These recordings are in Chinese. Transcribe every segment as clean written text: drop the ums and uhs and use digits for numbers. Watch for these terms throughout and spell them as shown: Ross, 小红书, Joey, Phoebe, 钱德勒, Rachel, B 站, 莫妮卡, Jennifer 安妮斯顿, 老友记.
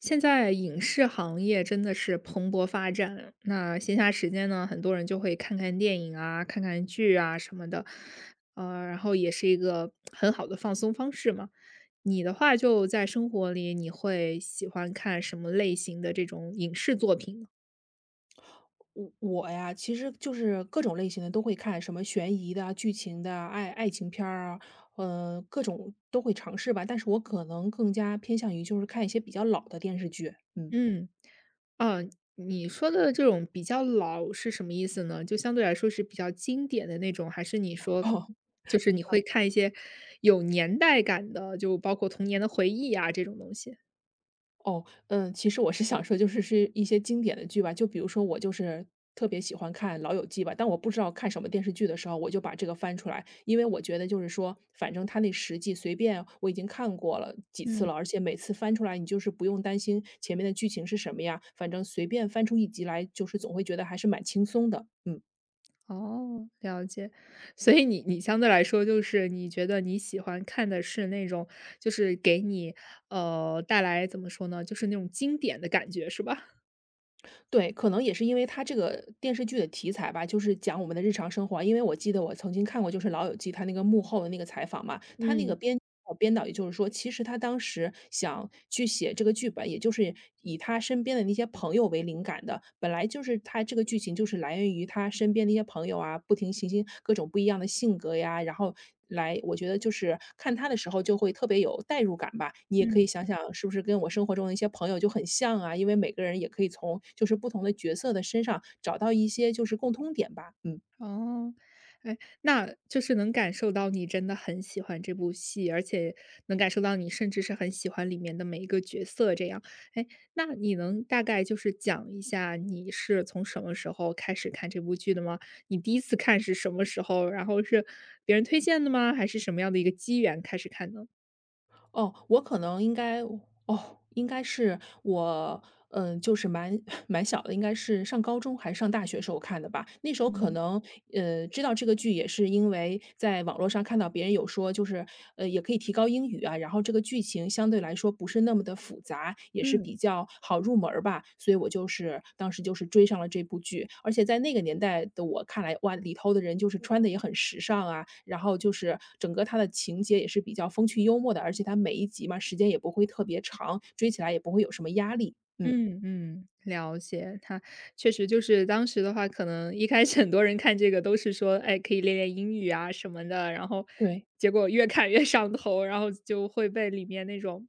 现在影视行业真的是蓬勃发展，那闲暇时间呢，很多人就会看看电影啊，看看剧啊什么的，然后也是一个很好的放松方式嘛。你的话就在生活里，你会喜欢看什么类型的这种影视作品呢？我呀，其实就是各种类型的都会看，什么悬疑的啊、剧情的啊爱情片儿啊，各种都会尝试吧。但是我可能更加偏向于就是看一些比较老的电视剧，嗯。嗯，啊，你说的这种比较老是什么意思呢？就相对来说是比较经典的那种，还是你说 就是你会看一些有年代感的，就包括童年的回忆啊这种东西？哦，嗯，其实我是想说就是是一些经典的剧吧，就比如说我就是特别喜欢看《老友记》吧，但我不知道看什么电视剧的时候，我就把这个翻出来，因为我觉得就是说，反正它那十季随便我已经看过了几次嗯。了，而且每次翻出来你就是不用担心前面的剧情是什么呀，反正随便翻出一集来，就是总会觉得还是蛮轻松的，嗯。哦，了解。所以你相对来说就是你觉得你喜欢看的是那种就是给你，带来怎么说呢，就是那种经典的感觉是吧？对，可能也是因为他这个电视剧的题材吧，就是讲我们的日常生活啊。因为我记得我曾经看过，就是《老友记》他那个幕后的那个采访嘛，他那个嗯，编呃编导也就是说，其实他当时想去写这个剧本，也就是以他身边的那些朋友为灵感的。本来就是他这个剧情就是来源于他身边的一些朋友啊，不停行星各种不一样的性格呀，然后来，我觉得就是看他的时候就会特别有代入感吧。你也可嗯。以想想是不是跟我生活中的一些朋友就很像啊，因为每个人也可以从就是不同的角色的身上找到一些就是共通点吧。嗯，哦，哎，那就是能感受到你真的很喜欢这部戏，而且能感受到你甚至是很喜欢里面的每一个角色这样。哎，那你能大概就是讲一下你是从什么时候开始看这部剧的吗？你第一次看是什么时候？然后是别人推荐的吗？还是什么样的一个机缘开始看呢？哦，我可能应该哦，应该是我，嗯，就是蛮 蛮小的，应该是上高中还是上大学时候看的吧。那时候可嗯。能知道这个剧也是因为在网络上看到别人有说，就是也可以提高英语啊，然后这个剧情相对来说不是那么的复杂，也是嗯。比较好入门儿吧，所以我就是当时就是追上了这部剧。而且在那个年代的我看来，哇，里头的人就是穿的也很时尚啊，然后就是整个它的情节也是比较风趣幽默的，而且它每一集嘛，时间也不会特别长，追起来也不会有什么压力。嗯，嗯，了解。他确实就是当时的话，可能一开始很多人看这个都是说，哎，可以练练英语啊什么的，然后对，结果越看越上头，然后就会被里面那种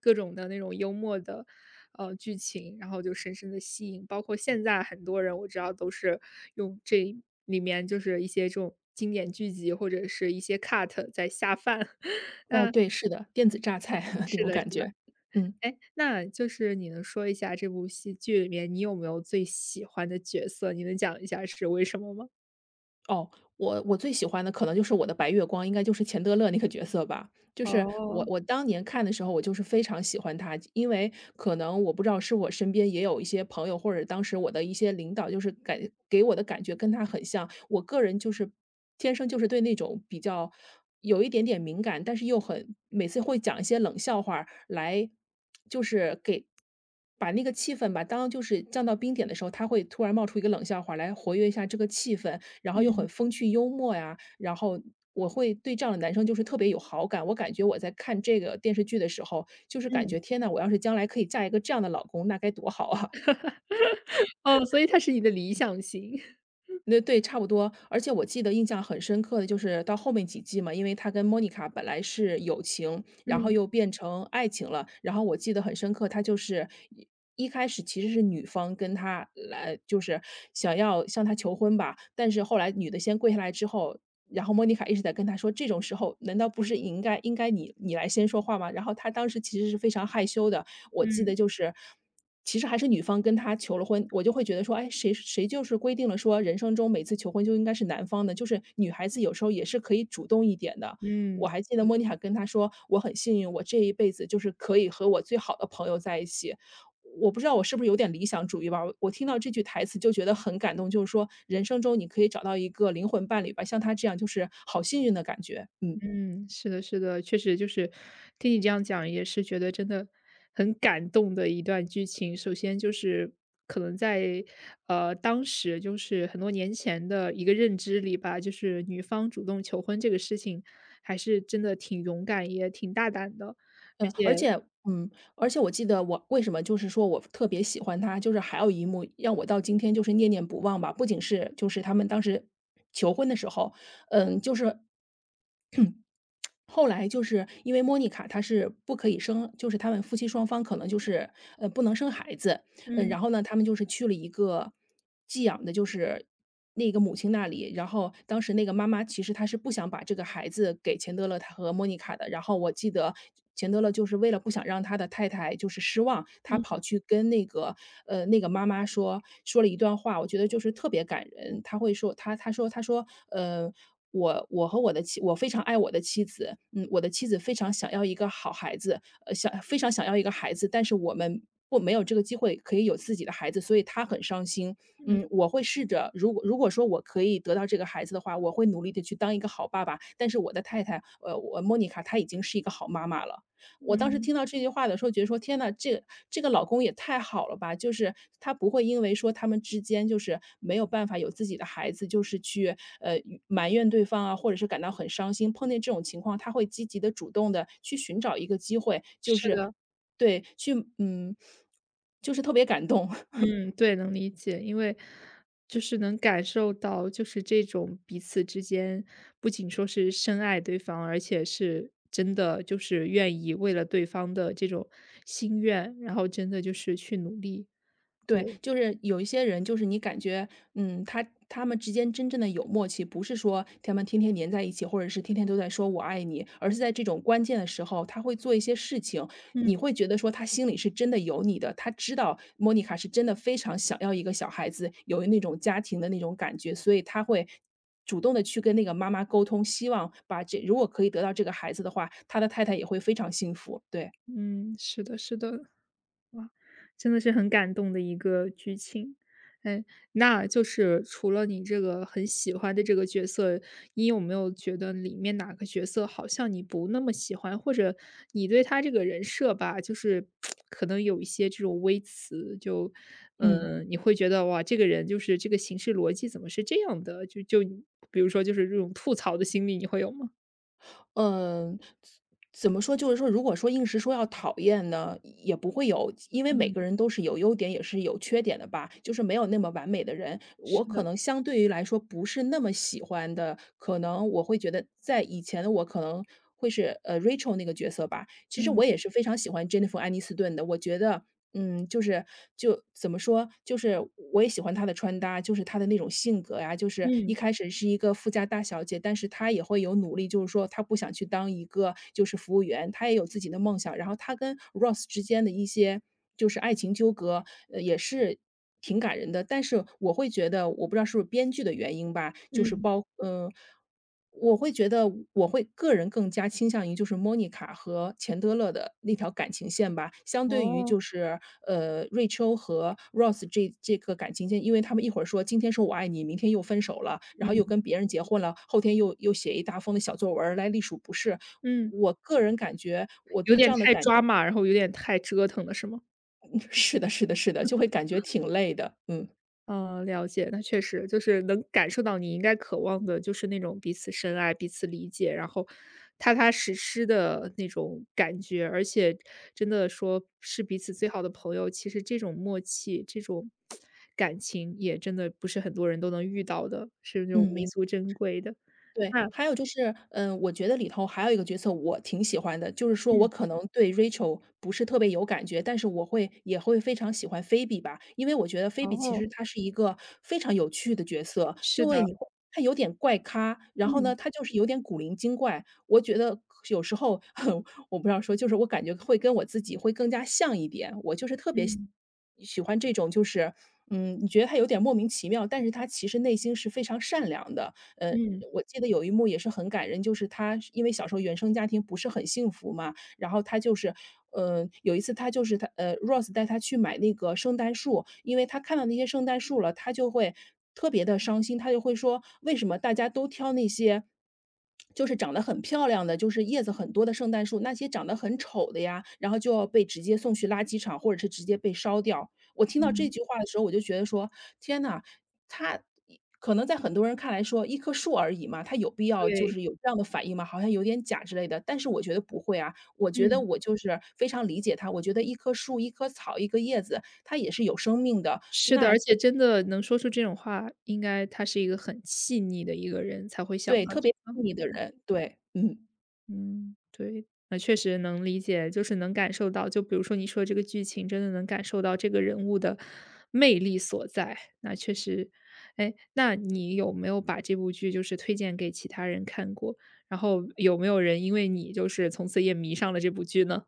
各种的那种幽默的剧情，然后就深深的吸引。包括现在很多人我知道都是用这里面就是一些这种经典剧集或者是一些 cut 在下饭。对，是的，电子榨菜 那是种的，是感的。觉，嗯。哎，那就是你能说一下这部戏剧里面你有没有最喜欢的角色？你能讲一下是为什么吗？哦，我最喜欢的可能就是我的白月光，应该就是钱德勒那个角色吧。就是我哦，我当年看的时候，我就是非常喜欢他，因为可能我不知道是我身边也有一些朋友，或者当时我的一些领导，就是感给我的感觉跟他很像。我个人就是天生就是对那种比较有一点点敏感，但是又很每次会讲一些冷笑话儿来，就是给。把那个气氛吧，当就是降到冰点的时候，他会突然冒出一个冷笑话来活跃一下这个气氛，然后又嗯很风趣幽默呀，然后我会对这样的男生就是特别有好感。我感觉我在看这个电视剧的时候，就是感嗯，觉天呐，我要是将来可以嫁一个这样的老公，那该多好啊！哦，所以它是你的理想型。那对，差不多。而且我记得印象很深刻的就是到后面几季嘛，因为他跟莫妮卡本来是友情，然后嗯又变成爱情了。然后我记得很深刻，他就是一开始其实是女方跟他来，就是想要向他求婚吧，但是后来女的先跪下来之后。然后莫妮卡一直在跟他说，这种时候难道不是应该你来先说话吗？然后他当时其实是非常害羞的，我记嗯得就是其实还是女方跟他求了婚，我就会觉得说，哎，谁就是规定了说，人生中每次求婚就应该是男方的，就是女孩子有时候也是可以主动一点的。嗯。我还记得莫妮卡跟他说：“我很幸运，我这一辈子就是可以和我最好的朋友在一起。”我不知道我是不是有点理想主义吧，我听到这句台词就觉得很感动，就是说人生中你可以找到一个灵魂伴侣吧，像他这样就是好幸运的感觉，嗯。嗯，是的，是的，确实就是听你这样讲，也是觉得真的很感动的一段剧情。首先就是可能在当时就是很多年前的一个认知里吧，就是女方主动求婚这个事情，还是真的挺勇敢，也挺大胆的。嗯，而且嗯，而且我记得我为什么就是说我特别喜欢他，就是还有一幕让我到今天就是念念不忘吧。不仅是就是他们当时求婚的时候，嗯，就是后来就是因为莫妮卡她是不可以生，就是他们夫妻双方可能就是不能生孩子，嗯，嗯然后呢，他们就是去了一个寄养的，就是那个母亲那里。然后当时那个妈妈其实她是不想把这个孩子给钱德勒他和莫妮卡的。然后我记得钱德勒就是为了不想让他的太太就是失望，他嗯跑去跟那个那个妈妈说了一段话，我觉得就是特别感人。他会说他他说呃。我和我的妻，我非常爱我的妻子，嗯，我的妻子非常想要一个好孩子，想非常想要一个孩子，但是我们或没有这个机会可以有自己的孩子，所以他很伤心。嗯嗯，我会试着，如果说我可以得到这个孩子的话，我会努力的去当一个好爸爸。但是我的太太，我莫妮卡她已经是一个好妈妈了。我当时嗯，听到这句话的时候，觉得说天呐，这个老公也太好了吧，就是他不会因为说他们之间就是没有办法有自己的孩子，就是去，埋怨对方啊，或者是感到很伤心。碰见这种情况，他会积极的、主动的去寻找一个机会，就是是的。对，去嗯，就是特别感动。嗯，对，能理解，因为就是能感受到，就是这种彼此之间不仅说是深爱对方，而且是真的就是愿意为了对方的这种心愿，然后真的就是去努力。对，对，就是有一些人，就是你感觉，嗯，他他们之间真正的有默契，不是说他们天天黏在一起，或者是天天都在说“我爱你”，而是在这种关键的时候，他会做一些事情，嗯你会觉得说他心里是真的有你的，他知道莫妮卡是真的非常想要一个小孩子，有那种家庭的那种感觉，所以他会主动的去跟那个妈妈沟通，希望把这如果可以得到这个孩子的话，他的太太也会非常幸福，对，嗯，是的，是的。哇，真的是很感动的一个剧情。哎，那就是除了你这个很喜欢的这个角色，你有没有觉得里面哪个角色好像你不那么喜欢，或者你对他这个人设吧，就是 可能有一些这种微词，就嗯。嗯，你会觉得哇，这个人就是这个行事逻辑怎么是这样的？就比如说就是这种吐槽的心理，你会有吗？嗯，怎么说，就是说如果说硬是说要讨厌呢，也不会有，因为每嗯，个人都是有优点也是有缺点的吧，就是没有那么完美的人。是我可的，能相对于来说不是那么喜欢的，可能我会觉得在以前的我可能会是，Rachel 那个角色吧，其实嗯。我也是非常喜欢 Jennifer 安妮斯顿的，我觉得嗯，就怎么说，就是我也喜欢她的穿搭，就是她的那种性格呀，就是一嗯开始是一个富家大小姐，但是她也会有努力，就是说她不想去当一个就是服务员，她也有自己的梦想。然后她跟 Ross 之间的一些就是爱情纠葛，也是挺感人的。但是我会觉得，我不知道是不是编剧的原因吧，就是嗯，包我会觉得我个人更加倾向于就是莫妮卡和钱德勒的那条感情线吧，相对于哦，瑞秋和 Ross 这个感情线，因为他们一会儿说今天说我爱你，明天又分手了，然后嗯又跟别人结婚了，后天又写一大封的小作文儿来隶属不是。嗯。我个人感觉我有对点这样的太抓马，然后有点太折腾了，是吗？是的是的是的，就会感觉挺累的，嗯，嗯，了解，那确实就是能感受到你应该渴望的就是那种彼此深爱、彼此理解，然后踏踏实实的那种感觉，而且真的说是彼此最好的朋友，其实这种默契、这种感情也真的不是很多人都能遇到的，是那种嗯，弥明足珍贵的。对，啊，还有就是，嗯，我觉得里头还有一个角色我挺喜欢的，就是说我嗯，可能对 Rachel 不是特别有感觉，但是我也会非常喜欢 Phoebe 吧，因为我觉得 Phoebe 其哦，实她是一个非常有趣的角色，是就会的，你会她有点怪咖，然后嗯，呢，她就是有点古灵精怪，我觉得有时候 我不知道说，就是我感觉会跟我自己会更加像一点，我就是特别喜嗯，喜欢这种就是，嗯，你觉得他有点莫名其妙，但是他其实内心是非常善良的。嗯，我记得有一幕也是很感人，就是他是因为小时候原生家庭不是很幸福嘛，然后他就是，嗯，有一次他就是他呃，Rose 带他去买那个圣诞树，因为他看到那些圣诞树了，他就会特别的伤心，他就会说，为什么大家都挑那些就是长得很漂亮的，就是叶子很多的圣诞树，那些长得很丑的呀，然后就要被直接送去垃圾场，或者是直接被烧掉。我听到这嗯，句话的时候，我就觉得说，天呐，他可能在很多人看来说一棵树而已嘛，他有必要就对，是有这样的反应吗？好像有点假之类的，但是我觉得不会啊，我觉得嗯。我就是非常理解他，我觉得一棵树、一棵草、一个叶子，它也是有生命的。是的，而且真的能说出这种话，应该他是一个很细腻的一个人才会想对，到特这别个。细腻的人，对，嗯，嗯，对，那确实能理解，就是能感受到，就比如说你说这个剧情，真的能感受到这个人物的魅力所在。那确实，哎，那你有没有把这部剧就是推荐给其他人看过？然后有没有人因为你就是从此也迷上了这部剧呢？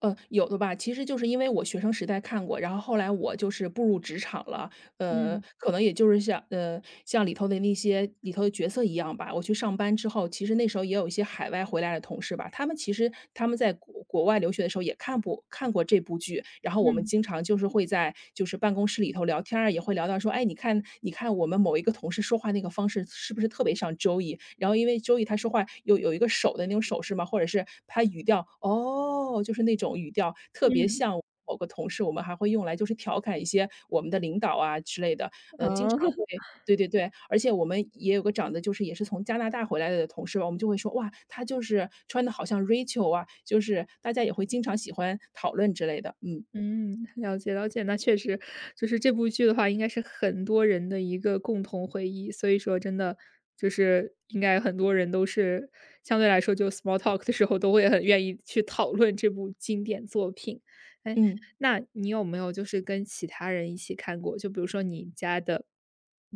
有的吧，其实就是因为我学生时代看过，然后后来我就是步入职场了，呃，嗯可能也就是像呃，像里头的里头的角色一样吧。我去上班之后，其实那时候也有一些海外回来的同事吧，他们在国外留学的时候也看不看过这部剧，然后我们嗯经常会在办公室里头聊天儿，也会聊到说，哎，你看我们某一个同事说话那个方式是不是特别像 Joey？然后因为 Joey 他说话有一个手的那种手势嘛，或者是他语调，哦，就是那种语调特别嗯，像。某个同事，我们还会用来就是调侃一些我们的领导啊之类的，呃，经常会哦。对对对，而且我们也有个长得就是也是从加拿大回来的同事吧，我们就会说：“哇，他就是穿的好像 Rachel 啊。”就是大家也会经常喜欢讨论之类的，嗯，嗯，了解，那确实就是这部剧的话，应该是很多人的一个共同回忆，所以说真的就是应该很多人都是相对来说就 small talk 的时候都会很愿意去讨论这部经典作品。哎，嗯。那你有没有就是跟其他人一起看过？就比如说你家的，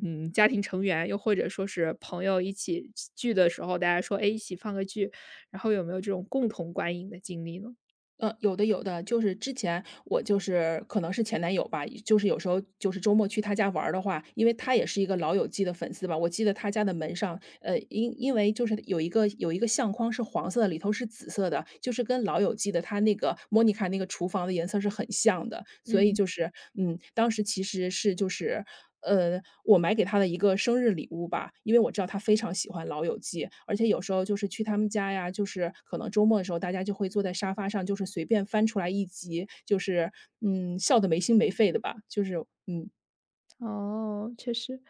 嗯，家庭成员，又或者说是朋友一起聚的时候，大家说，哎，一起放个剧，然后有没有这种共同观影的经历呢？有的有的，就是之前我就是可能是前男友吧，就是有时候就是周末去他家玩儿的话，因为他也是一个老友记的粉丝吧，我记得他家的门上，因为就是有一个相框是黄色的，里头是紫色的，就是跟老友记的他那个莫妮卡那个厨房的颜色是很像的，所以嗯。当时其实是我买给他的一个生日礼物吧，因为我知道他非常喜欢《老友记》，而且有时候就是去他们家呀，就是可能周末的时候，大家就会坐在沙发上，就是随便翻出来一集，笑得没心没肺的吧，就是嗯，哦，确实，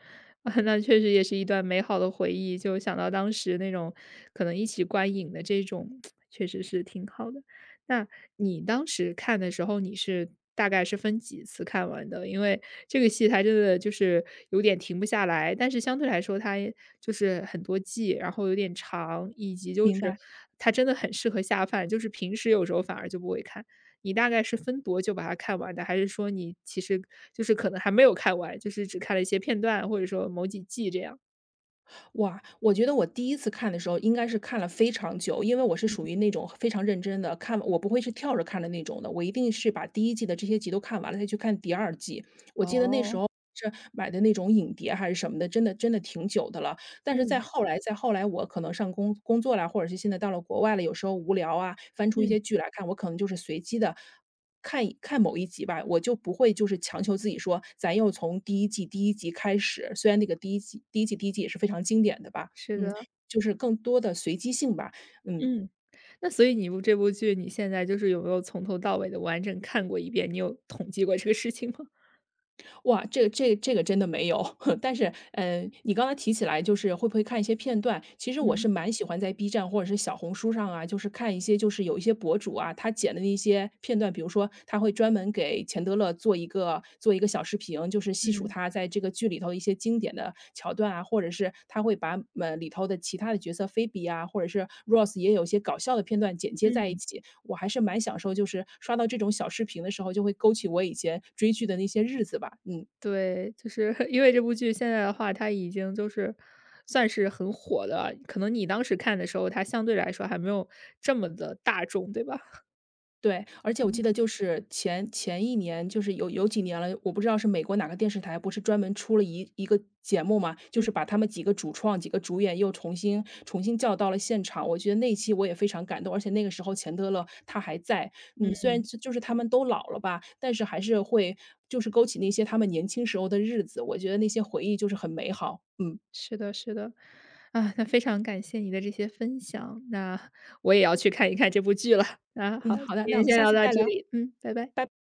啊那确实也是一段美好的回忆，就想到当时那种可能一起观影的这种，确实是挺好的。那你当时看的时候，你是大概是分几次看完的？因为这个戏它真的就是有点停不下来，但是相对来说它也就是很多季，然后有点长，以及就明是白。它真的很适合下饭，就是平时有时候反而就不会看。你大概是分多久把它看完的？还是说你其实就是可能还没有看完，就是只看了一些片段，或者说某几季这样？哇，我觉得我第一次看的时候应该是看了非常久，因为我是嗯属于那种非常认真的看，我不会是跳着看的那种的，我一定是把第一季的这些集都看完了再去看第二季。我记得那时哦，候是买的那种影碟还是什么的，真的挺久的了。但是在嗯，后来在后来，我可能上工作啦，或者是现在到了国外了，有时候无聊啊，翻出一嗯，些剧来看，我可能就是随机的看一看某一集吧，我就不会就是强求自己说，咱又从第一季第一集开始，虽然那个第一季也是非常经典的吧，是嗯，的，就是更多的随机性吧，嗯，嗯。那所以你部这部剧，你现在就是有没有从头到尾的完整看过一遍？你有统计过这个事情吗？哇，这个真的没有。但是，嗯，你刚才提起来就是会不会看一些片段，其实我是嗯，蛮喜欢在 B 站或者是小红书上啊，就是看一些就是有一些博主啊，他剪的那些片段，比如说他会专门给钱德勒做一个小视频，就是细数嗯，他在这个剧里头一些经典的桥段啊，或者是他会把里头的其他的角色菲比啊，或者是 Rose 也有一些搞笑的片段剪接在一嗯，起，我还是蛮享受，就是刷到这种小视频的时候，就会勾起我以前追剧的那些日子吧。嗯，对，就是 因为这部剧现在的话，它已经就是算是很火的，可能你当时看的时候，它相对来说还没有这么的大众，对吧？对，而且我记得就是前一年，就是有几年了，我不知道是美国哪个电视台，不是专门出了一个节目嘛，就嗯是嗯。把他们几个主创、几个主演又重新叫到了现场。我觉得那一期我也非常感动，而且那个时候钱德勒他还在，嗯，虽然就是他们都老了吧，但是还是会就是勾起那些他们年轻时候的日子，我觉得那些回忆就是很美好。嗯是的，是的，啊，那非常感谢你的这些分享，那我也要去看一看这部剧了。啊，好，嗯，嗯好今的，那天我们先下聊次到再这聊，里，嗯，拜拜。拜拜。